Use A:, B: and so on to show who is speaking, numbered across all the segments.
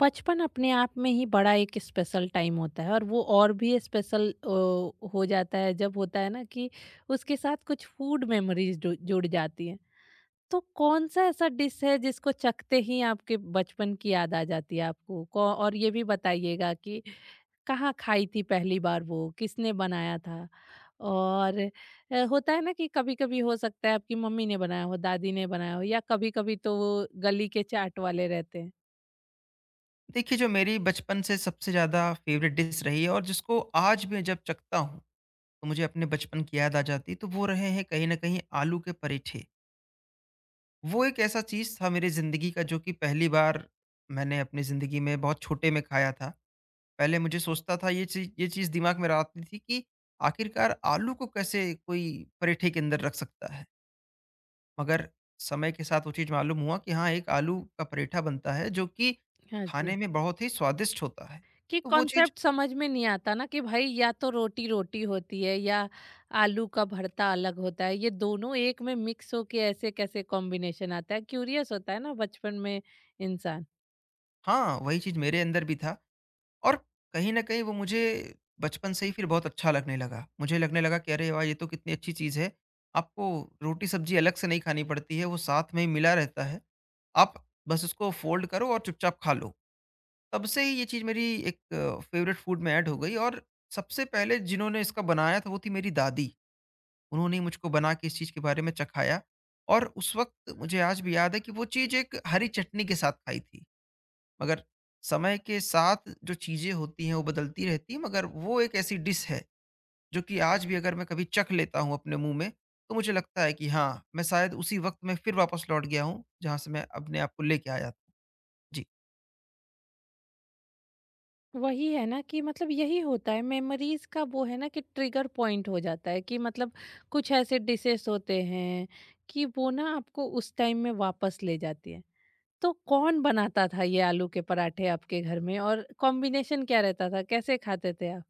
A: बचपन अपने आप में ही बड़ा एक स्पेशल टाइम होता है और वो और भी स्पेशल हो जाता है जब होता है ना कि उसके साथ कुछ फूड मेमोरीज जुड़ जाती हैं। तो कौन सा ऐसा डिश है जिसको चखते ही आपके बचपन की याद आ जाती है आपको और ये भी बताइएगा कि कहाँ खाई थी पहली बार वो किसने बनाया था और होता है ना कि कभी कभी हो सकता है आपकी मम्मी ने बनाया हो दादी ने बनाया हो या कभी कभी तो वो गली के चाट वाले रहते हैं।
B: देखिए, जो मेरी बचपन से सबसे ज़्यादा फ़ेवरेट डिश रही है और जिसको आज भी जब चखता हूँ, तो मुझे अपने बचपन की याद आ जाती है, तो वो रहे हैं कहीं न कहीं आलू के पराठे। वो एक ऐसा चीज़ था मेरी ज़िंदगी का जो कि पहली बार मैंने अपनी ज़िंदगी में बहुत छोटे में खाया था। पहले मुझे सोचता था ये चीज़ दिमाग में आती थी कि आखिरकार आलू को कैसे कोई पराठे के अंदर रख सकता है? मगर समय के साथ वो चीज़ मालूम हुआ कि हाँ, एक आलू का पराठा बनता है जो कि
A: हाँ जी।
B: खाने में बहुत ही स्वादिष्ट होता है।
A: कि
B: तो वो चीज़
A: कॉन्सेप्ट समझ में नहीं आता ना कि भाई या तो रोटी रोटी होती है या आलू का भरता अलग होता है ये दोनों एक में मिक्स होके ऐसे कैसे कॉम्बिनेशन आता है क्यूरियस होता है ना बचपन में इंसान।
B: हाँ, वही चीज़ मेरे अंदर भी था और कहीं न कहीं वो मुझे बचपन से ही फिर बहुत अच्छा लगने लगा। मुझे लगने लगा कि अरे वाह! ये तो कितनी अच्छी चीज़ है। आपको रोटी-सब्ज़ी अलग से नहीं खानी पड़ती है, वो साथ में ही मिला रहता है। आप बस उसको फ़ोल्ड करो और चुपचाप खा लो। तब से ही ये चीज़ मेरी एक फ़ेवरेट फूड में ऐड हो गई और सबसे पहले जिन्होंने इसका बनाया था वो थी मेरी दादी। उन्होंने ही मुझको बना के इस चीज़ के बारे में चखाया और उस वक़्त मुझे आज भी याद है कि वो चीज़ एक हरी चटनी के साथ खाई थी। मगर समय के साथ जो चीज़ें होती हैं वो बदलती रहती हैं, मगर वो एक ऐसी डिश है जो कि आज भी अगर मैं कभी चख लेता हूँ अपने मुँह में, तो मुझे लगता है कि हाँ, मैं शायद उसी वक़्त में फिर वापस लौट गया हूँ जहाँ से मैं अपने आप को लेके आया था। जी।
A: वही है ना कि मतलब यही होता है मेमोरीज का वो है ना कि ट्रिगर पॉइंट हो जाता है कि मतलब कुछ ऐसे डिशेस होते हैं कि वो ना आपको उस टाइम में वापस ले जाती है। तो कौन बनाता था ये आलू के पराठे आपके घर में और कॉम्बिनेशन क्या रहता था कैसे खाते थे आप?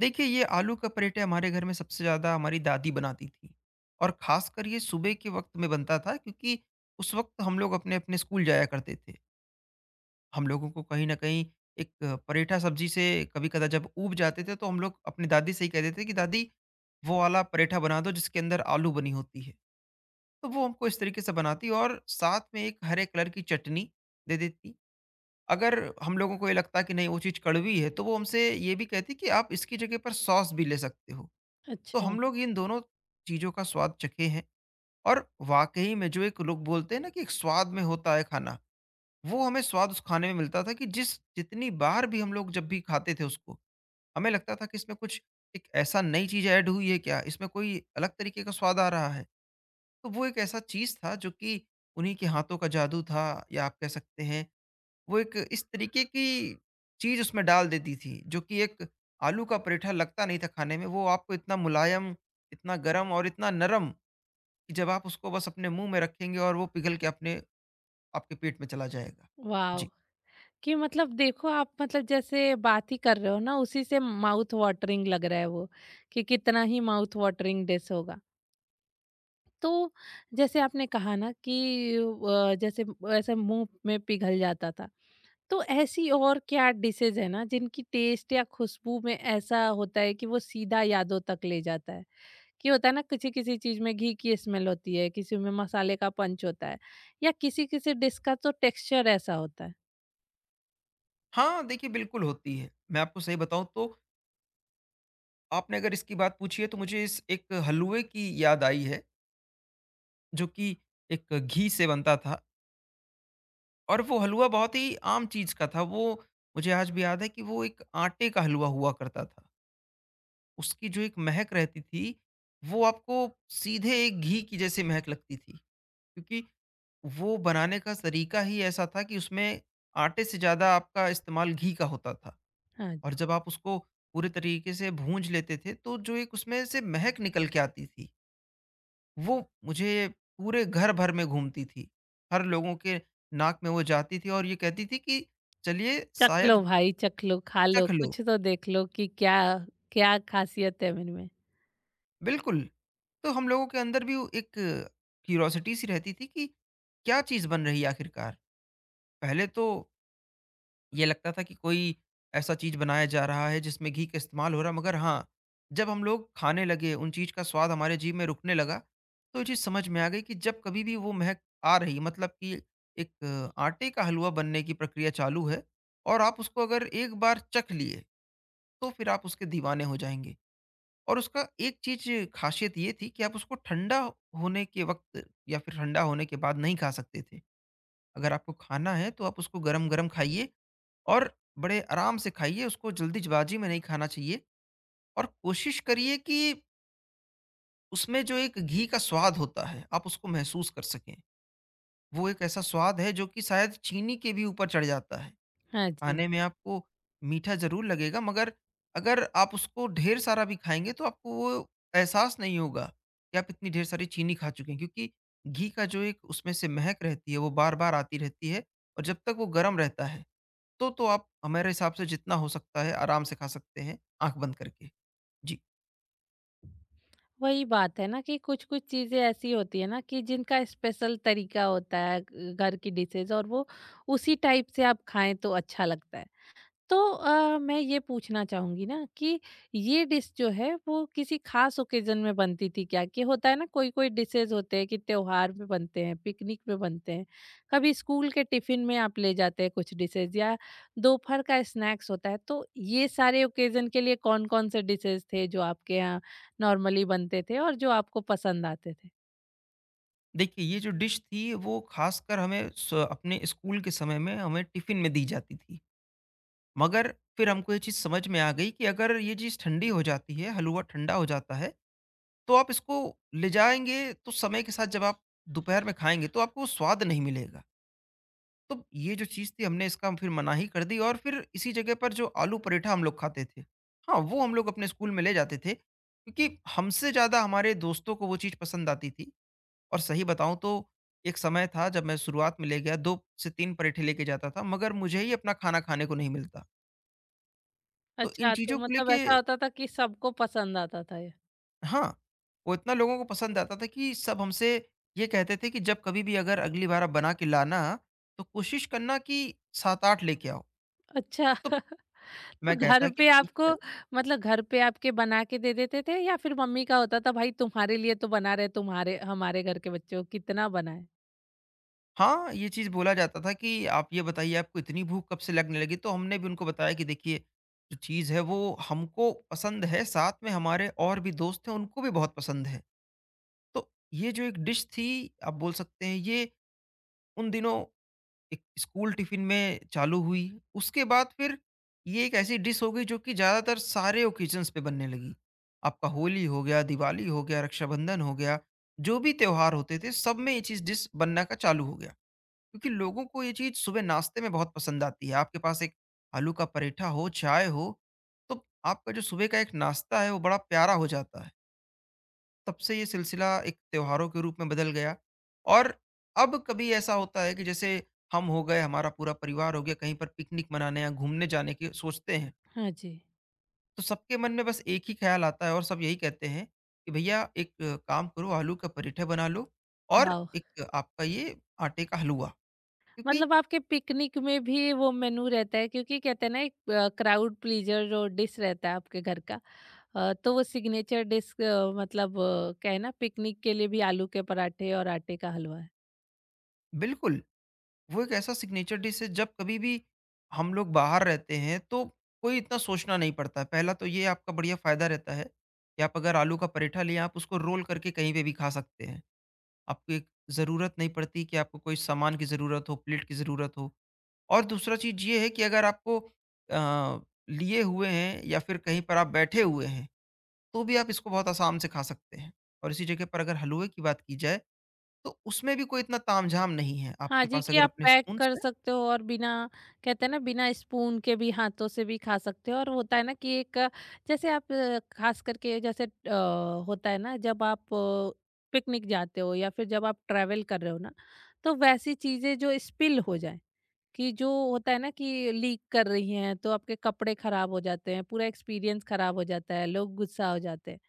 B: देखिए, ये आलू का पराठे हमारे घर में सबसे ज़्यादा हमारी दादी बनाती थी और ख़ासकर ये सुबह के वक़्त में बनता था, क्योंकि उस वक़्त हम लोग अपने-अपने स्कूल जाया करते थे। हम लोगों को कहीं न कहीं एक परेठा सब्ज़ी से कभी-कदा जब ऊब जाते थे, तो हम लोग अपनी दादी से ही कह देते कि दादी, वो वाला परेठा बना दो जिसके अंदर आलू बनी होती है। तो वो हमको इस तरीके से बनाती और साथ में एक हरे कलर की चटनी दे देती। अगर हम लोगों को ये लगता कि नहीं वो चीज़ कड़वी है, तो वो हमसे ये भी कहती कि आप इसकी जगह पर सॉस भी ले सकते हो। तो
A: अच्छा।
B: हम लोग इन दोनों चीज़ों का स्वाद चखे हैं और वाक़ई में जो एक लोग बोलते हैं ना कि एक स्वाद में होता है खाना, वो हमें स्वाद उस खाने में मिलता था कि जिस जितनी बार भी हम लोग जब भी खाते थे उसको, हमें लगता था कि इसमें कुछ एक ऐसा नई चीज़ ऐड हुई है क्या? इसमें कोई अलग तरीके का स्वाद आ रहा है। तो वो एक ऐसा चीज़ था जो कि उन्हीं के हाथों का जादू था, या आप कह सकते हैं वो एक इस तरीके की चीज़ उसमें डाल देती थी जो कि एक आलू का पराठा लगता नहीं था खाने में। वो आपको इतना मुलायम, इतना गरम और इतना नरम कि जब आप उसको बस अपने मुँह में रखेंगे और वो पिघल के अपने आपके पेट में चला जाएगा। जी।
A: वाव! कि मतलब देखो आप मतलब जैसे बात ही कर रहे हो ना उसी से माउथ वाटरिंग लग रहा है वो, कि कितना ही माउथ वाटरिंग डिश होगा। तो जैसे आपने कहा ना कि जैसे ऐसे मुँह में पिघल जाता था, तो ऐसी और क्या डिशेज़ हैं ना जिनकी टेस्ट या खुशबू में ऐसा होता है कि वो सीधा यादों तक ले जाता है? कि होता है ना किसी-किसी चीज़ में घी की स्मेल होती है, किसी में मसाले का पंच होता है या किसी-किसी डिश का तो टेक्सचर ऐसा होता है?
B: हाँ, देखिए बिल्कुल होती है। मैं आपको सही बताऊँ तो आपने अगर इसकी बात पूछी है, तो मुझे इस एक हलवे की याद आई है, जो कि एक घी से बनता था और वो हलवा बहुत ही आम चीज़ का था। वो मुझे आज भी याद है कि वो एक आटे का हलवा हुआ करता था। उसकी जो एक महक रहती थी, वो आपको सीधे एक घी की जैसे महक लगती थी। क्योंकि वो बनाने का तरीका ही ऐसा था कि उसमें आटे से ज़्यादा आपका इस्तेमाल घी का होता था।
A: हाँ
B: और जब आप उसको पूरे तरीके से भूंज लेते थे, तो जो एक उसमें से महक निकल के आती थी, वो मुझे पूरे घर भर में घूमती थी। हर लोगों के नाक में वो जाती थी और ये कहती थी कि चलिए
A: चख लो
B: शायद
A: भाई चख लो, खा लो,
B: चख लो।
A: कुछ तो देख लो कि क्या क्या खासियत है इनमें।
B: बिल्कुल, तो हम लोगों के अंदर भी एक क्यूरियोसिटी सी रहती थी कि क्या चीज़ बन रही है आखिरकार? पहले तो ये लगता था कि कोई ऐसा चीज़ बनाया जा रहा है जिसमें घी का इस्तेमाल हो रहा है, मगर हाँ, जब हम लोग खाने लगे, उन चीज़ का स्वाद हमारे जीभ में रुकने लगा, तो ये चीज़ समझ में आ गई कि जब कभी भी वो महक आ रही है, मतलब कि एक आटे का हलवा बनने की प्रक्रिया चालू है और आप उसको अगर एक बार चख लिए, तो फिर आप उसके दीवाने हो जाएँगे। और उसका एक चीज़ ख़ासियत ये थी कि आप उसको ठंडा होने के वक़्त या फिर ठंडा होने के बाद नहीं खा सकते थे। अगर आपको खाना है, तो आप उसको गरम-गरम खाइए और बड़े आराम से खाइए, उसको जल्दीबाजी में नहीं खाना चाहिए और कोशिश करिए कि उसमें जो एक घी का स्वाद होता है, आप उसको महसूस कर सकें। वो एक ऐसा स्वाद है जो कि शायद चीनी के भी ऊपर चढ़ जाता है।
A: हाँ जी,
B: खाने में आपको मीठा ज़रूर लगेगा, मगर अगर आप उसको ढेर सारा भी खाएँगे, तो आपको वो एहसास नहीं होगा कि आप इतनी ढेर सारी चीनी खा चुके हैं, क्योंकि घी का जो एक उसमें से महक रहती है, वो बार-बार आती रहती है और जब तक वो गरम रहता है, तो आप हमारे हिसाब से जितना हो सकता है आराम से खा सकते हैं, आँख बंद करके। जी।
A: वही बात है ना कि कुछ-कुछ चीज़ें ऐसी होती है ना कि जिनका स्पेशल तरीका होता है घर की डिशेज़ और वो उसी टाइप से आप खाएँ तो अच्छा लगता है। तो मैं ये पूछना चाहूँगी ना कि ये डिश जो है वो किसी ख़ास ओकेज़न में बनती थी क्या? कि होता है ना कोई-कोई डिशेज़ होते हैं कि त्योहार पे बनते हैं, पिकनिक पे बनते हैं, कभी स्कूल के टिफ़िन में आप ले जाते हैं कुछ डिशेज़ या दोपहर का स्नैक्स होता है। तो ये सारे ओकेज़न के लिए कौन-कौन से डिशेज़ थे जो आपके यहाँ नॉर्मली बनते थे और जो आपको पसंद आते थे?
B: देखिए, ये जो डिश थी वो ख़ासकर हमें स अपने स्कूल के समय में हमें टिफ़िन में दी जाती थी। मगर फिर हमको ये चीज़ समझ में आ गई कि अगर ये चीज़ ठंडी हो जाती है, हलवा ठंडा हो जाता है, तो आप इसको ले जाएँगे, तो समय के साथ जब आप दोपहर में खाएँगे, तो आपको वो स्वाद नहीं मिलेगा। तो ये जो चीज़ थी हमने इसका फिर मनाही कर दी और फिर इसी जगह पर जो आलू पराठा हम लोग खाते थे, हाँ, वो हम लोग अपने स्कूल में ले जाते थे, क्योंकि हमसे ज़्यादा हमारे दोस्तों को वो चीज़ पसंद आती थी। और सही बताऊँ तो एक समय था जब मैं शुरुआत में ले गया, 2 से 3 पराठे लेके जाता था, मगर मुझे ही अपना खाना खाने को नहीं मिलता। तो इन
A: अच्छा, तो
B: चीज़ों को
A: मतलब
B: लेके,
A: ऐसा होता था कि सबको पसंद आता था ये।
B: हाँ, वो इतना लोगों को पसंद आता था कि सब हमसे ये कहते थे कि जब कभी भी अगर अगली बार आप बना के लाना, तो कोशिश करना कि 7-8 लेके आओ।
A: अच्छा।
B: तो
A: तो
B: मैं
A: घर
B: कहता कि
A: पे
B: ठीक
A: आपको
B: है।
A: मतलब घर पे आपके बना के दे देते थे या फिर मम्मी का होता था भाई तुम्हारे लिए तो बना रहे तुम्हारे हमारे घर के बच्चों कितना बनाए?
B: हाँ, ये चीज़ बोला जाता था कि आप ये बताइए आपको इतनी भूख कब से लगने लगी? तो हमने भी उनको बताया कि देखिए, जो चीज़ है वो हमको पसंद है, साथ में हमारे और भी दोस्त हैं उनको भी बहुत पसंद है। तो ये जो एक डिश थी, आप बोल सकते हैं ये उन दिनों एक स्कूल टिफ़िन में चालू हुई। उसके बाद फिर ये एक ऐसी डिश हो गई जो कि ज़्यादातर सारे ओकेज़न्स पे बनने लगी। आपका होली हो गया, दिवाली हो गया, रक्षाबंधन हो गया, जो भी त्योहार होते थे सब में ये चीज़ डिश बनना का चालू हो गया। क्योंकि लोगों को ये चीज़ सुबह नाश्ते में बहुत पसंद आती है। आपके पास एक आलू का पराठा हो, चाय हो, तो आपका जो सुबह का एक नाश्ता है, वो बड़ा प्यारा हो जाता है। तब से ये सिलसिला एक त्योहारों के रूप में बदल गया और अब कभी ऐसा होता है कि जैसे हम हो गए, हमारा पूरा परिवार हो गया, कहीं पर पिकनिक मनाने या घूमने जाने की सोचते हैं,
A: हाँ जी।
B: तो सबके मन में बस एक ही ख़्याल आता है और सब यही कहते हैं कि भैया एक काम करो, आलू का पराठा बना लो और
A: वाह!
B: एक आपका ये आटे का हलवा। क्योंकि
A: मतलब आपके पिकनिक में भी वो मेनू रहता है क्योंकि कहते हैं ना एक क्राउड प्लीजर जो डिश रहता है आपके घर का तो वो सिग्नेचर डिश मतलब क्या है ना पिकनिक के लिए भी आलू के पराठे और आटे का हलवा।
B: बिल्कुल, वो एक ऐसा सिग्नेचर डिश है जब कभी भी हम लोग बाहर रहते हैं, तो कोई इतना सोचना नहीं पड़ता है। पहला तो ये आपका बढ़िया फायदा रहता है कि आप अगर आलू का पराठा लिए आप उसको रोल करके कहीं पे भी खा सकते हैं। आपको एक ज़रूरत नहीं पड़ती कि आपको कोई सामान की ज़रूरत हो, प्लेट की ज़रूरत हो। और दूसरा चीज़ ये है कि अगर आपको अ, लिए हुए हैं या फिर कहीं पर आप बैठे हुए हैं, तो भी आप इसको बहुत आराम से खा सकते हैं। और इसी जगह पर अगर हलवे की बात की जाए, तो उसमें भी कोई इतना तामझाम नहीं है।
A: हाँ
B: आपके
A: जी,
B: पास
A: कि
B: अगर
A: आप
B: अपने
A: पैक
B: स्पून
A: कर
B: से
A: सकते हो और बिना कहते हैं ना बिना स्पून के भी हाथों से भी खा सकते हो और होता है ना कि एक जैसे आप खास करके जैसे होता है ना जब आप पिकनिक जाते हो या फिर जब आप ट्रैवल कर रहे हो ना तो वैसी चीज़ें जो स्पिल हो जाए कि जो होता है ना कि लीक कर रही हैं तो आपके कपड़े खराब हो जाते हैं पूरा एक्सपीरियंस खराब हो जाता है लोग गुस्सा हो जाते हैं।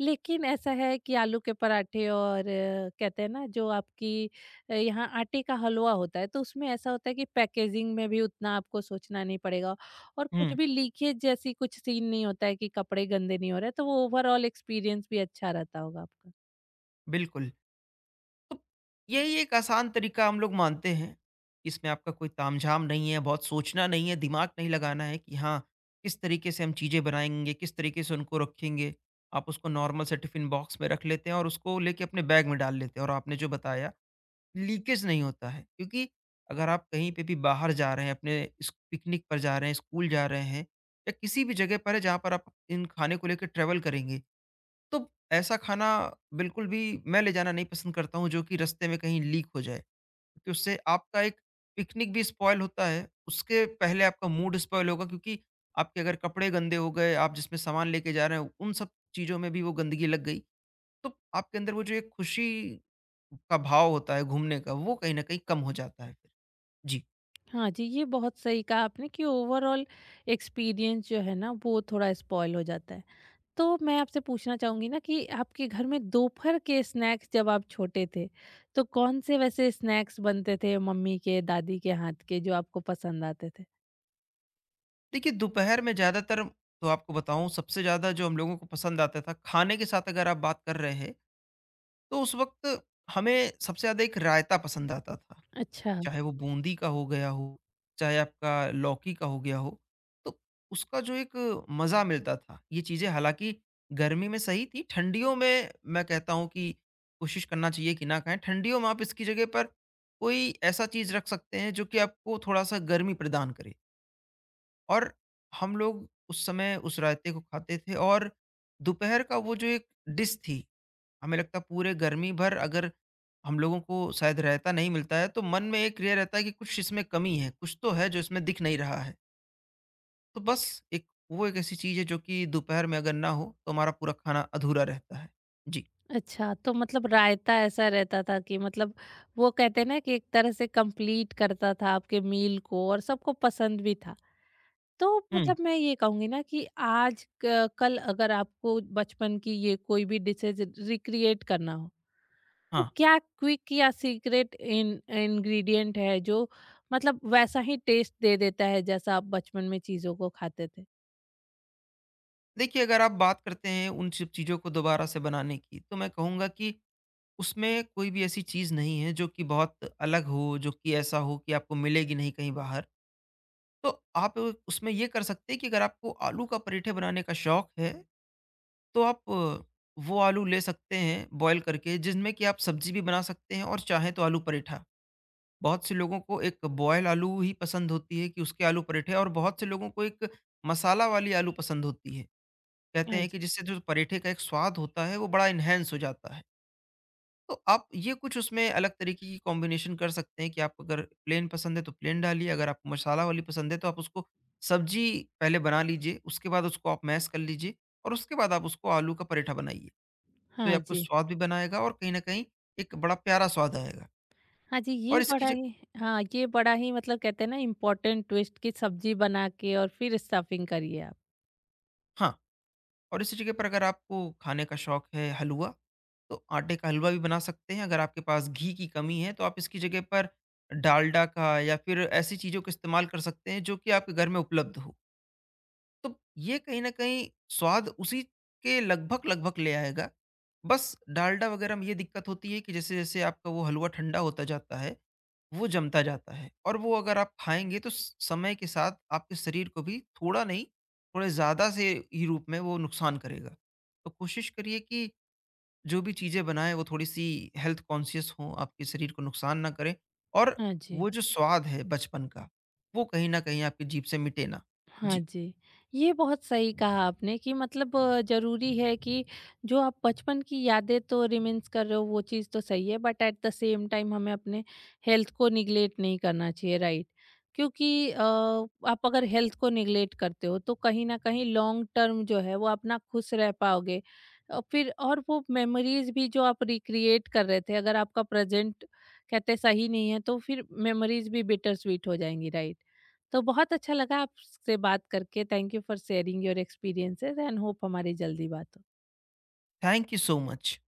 A: लेकिन ऐसा है कि आलू के पराठे और कहते हैं ना जो आपकी यहाँ आटे का हलवा होता है तो उसमें ऐसा होता है कि पैकेजिंग में भी उतना आपको सोचना नहीं पड़ेगा और कुछ
B: हुँ।
A: भी लीकेज जैसी कुछ सीन नहीं होता है कि कपड़े गंदे नहीं हो रहे तो वो ओवरऑल एक्सपीरियंस भी अच्छा रहता होगा आपका।
B: बिल्कुल। तो यही एक आसान तरीका हम लोग मानते हैं। इसमें आपका कोई तामझाम नहीं है, बहुत सोचना नहीं है, दिमाग नहीं लगाना है कि हाँ, किस तरीके से हम चीज़ें बनाएँगे, किस तरीके से उनको रखेंगे। आप उसको नॉर्मल से टिफ़िन बॉक्स में रख लेते हैं और उसको लेके अपने बैग में डाल लेते हैं और आपने जो बताया, लीकेज नहीं होता है। क्योंकि अगर आप कहीं पे भी बाहर जा रहे हैं, अपने इस पिकनिक पर जा रहे हैं, स्कूल जा रहे हैं या किसी भी जगह पर है जहाँ पर आप इन खाने को लेके ट्रैवल करेंगे, तो ऐसा खाना बिल्कुल भी मैं ले जाना नहीं पसंद करता हूँ जो कि रास्ते में कहीं लीक हो जाए। क्योंकि उससे आपका एक पिकनिक भी स्पॉइल होता है, उसके पहले आपका मूड स्पॉइल होगा क्योंकि आपके अगर कपड़े गंदे हो गए, आप जिसमें सामान लेके जा रहे हो, उन सब चीज़ों में भी वो गंदगी लग गई, तो आपके अंदर वो जो एक खुशी का भाव होता है घूमने का, वो कहीं न कहीं कम हो जाता है फिर। जी।
A: हाँ जी, ये बहुत सही कहा आपने कि ओवरऑल एक्सपीरियंस जो है ना वो थोड़ा स्पॉइल हो जाता है। तो मैं आपसे पूछना चाहूंगी ना कि आपके घर में दोपहर के स्नैक्स जब आप छोटे थे तो कौन से वैसे स्नैक्स बनते थे मम्मी के दादी के हाथ के जो आपको पसंद आते थे?
B: देखिए, दोपहर में ज़्यादातर तो आपको बताऊँ, सबसे ज़्यादा जो हम लोगों को पसंद आता था, खाने के साथ अगर आप बात कर रहे हैं, तो उस वक़्त हमें सबसे ज़्यादा एक रायता पसंद आता था।
A: अच्छा।
B: चाहे वो बूंदी का हो गया हो, चाहे आपका लौकी का हो गया हो, तो उसका जो एक मज़ा मिलता था, ये चीज़ें हालाँकि गर्मी में सही थी, ठंडियों में मैं कहता हूँ कि कोशिश करना चाहिए कि ना खाएँ। ठंडियों में आप इसकी जगह पर कोई ऐसा चीज़ रख सकते हैं जो कि आपको थोड़ा-सा गर्मी प्रदान करे। और हम लोग उस समय उस रायते को खाते थे। और दोपहर का वो जो एक डिश थी, हमें लगता है पूरे गर्मी भर अगर हम लोगों को शायद रायता नहीं मिलता है, तो मन में एक ये रहता है कि कुछ इसमें कमी है, कुछ तो है जो इसमें दिख नहीं रहा है। तो बस एक वो एक ऐसी चीज़ है जो कि दोपहर में अगर ना हो तो हमारा पूरा खाना अधूरा रहता है। जी।
A: अच्छा तो मतलब रायता ऐसा रहता था कि मतलब वो कहते हैं ना कि एक तरह से कंप्लीट करता था आपके मील को और सबको पसंद भी था। तो
B: हम्म।
A: मतलब मैं ये कहूंगी ना कि आज कल अगर आपको बचपन की ये कोई भी डिशेज रिक्रिएट करना हो तो
B: हाँ।
A: क्या क्विक या सीक्रेट इन इंग्रेडिएंट है जो मतलब वैसा ही टेस्ट दे देता है जैसा आप बचपन में चीज़ों को खाते थे?
B: देखिए, अगर आप बात करते हैं उन सब चीज़ों को दोबारा से बनाने की, तो मैं कहूँगा कि उसमें कोई भी ऐसी चीज़ नहीं है जो कि बहुत अलग हो, जो कि ऐसा हो कि आपको मिलेगी नहीं कहीं बाहर। तो आप उसमें ये कर सकते हैं कि अगर आपको आलू का पराठे बनाने का शौक है, तो आप वो आलू ले सकते हैं बॉयल करके जिसमें कि आप सब्जी भी बना सकते हैं और चाहे तो आलू पराठा। बहुत से लोगों को एक बॉयल आलू ही पसंद होती है कि उसके आलू पराठे, और बहुत से लोगों को एक मसाला वाली आलू पसंद होती है। कहते
A: हाँ
B: हैं कि
A: जी।
B: जिससे जो पराठे का एक स्वाद होता है वो बड़ा एन्हांस हो जाता है। तो आप ये कुछ उसमें अलग तरीके की कॉम्बिनेशन कर सकते हैं कि आपको अगर प्लेन पसंद है तो प्लेन डालिए, अगर आपको मसाला वाली पसंद है तो आप उसको सब्जी पहले बना लीजिए, उसके बाद उसको आप मैश कर लीजिए और उसके बाद आप उसको आलू का पराठा बनाइए। तो ये
A: हाँ
B: आपको
A: जी।
B: स्वाद भी बनाएगा और कहीं न कहीं एक बड़ा प्यारा स्वाद आएगा।
A: हाँ जी,
B: और
A: ये
B: इसकी
A: बड़ा
B: जग
A: ही हाँ, ये बड़ा ही मतलब कहते हैं ना इम्पोर्टेंट ट्विस्ट कि सब्जी बना के और फिर स्टफिंग करिए आप।
B: हाँ, और इसी जगह पर अगर आपको खाने का शौक है हलवा, तो आटे का हलवा भी बना सकते हैं। अगर आपके पास घी की कमी है तो आप इसकी जगह पर डालडा का या फिर ऐसी चीज़ों का इस्तेमाल कर सकते हैं जो कि आपके घर में उपलब्ध हो। तो ये कहीं न कहीं स्वाद उसी के लगभग-लगभग ले आएगा। बस डालडा वगैरह में ये दिक्कत होती है कि जैसे-जैसे आपका वो हलवा ठंडा होता जाता है वो जमता जाता है, और वो अगर आप खाएँगे तो स समय के साथ आपके शरीर को भी थोड़ा नहीं, थोड़े ज़्यादा से ही रूप में वो नुकसान करेगा। तो कोशिश करिए कि जो भी चीज़ें बनाएँ वो थोड़ी-सी हेल्थ कॉन्शियस हों, आपके शरीर को नुकसान ना करें, और
A: हाँ जी।
B: वो जो स्वाद है बचपन का, वो कहीं न कहीं आपकी जीभ से मिटे ना।
A: हाँ
B: जी,
A: जी, ये बहुत सही कहा आपने कि मतलब ज़रूरी है कि जो आप बचपन की यादें तो रिमेन्स कर रहे हो वो चीज़ तो सही है but at the same time हमें अपने हेल्थ को निग्लेक्ट नहीं करना चाहिए राइट? क्योंकि आप अगर हेल्थ को निग्लेक्ट करते हो तो कहीं न कहीं लॉन्ग टर्म जो है वो आप ना खुश रह पाओगे। फिर और वो मेमोरीज़ भी जो आप रिक्रिएट कर रहे थे अगर आपका प्रेज़ेंट कहते हैं सही नहीं है तो फिर मेमोरीज़ भी बिटर स्वीट हो जाएँगी राइट? तो बहुत अच्छा लगा आपसे बात करके। Thank you for sharing your experiences and hope हमारी जल्दी बात हो।
B: Thank you so much.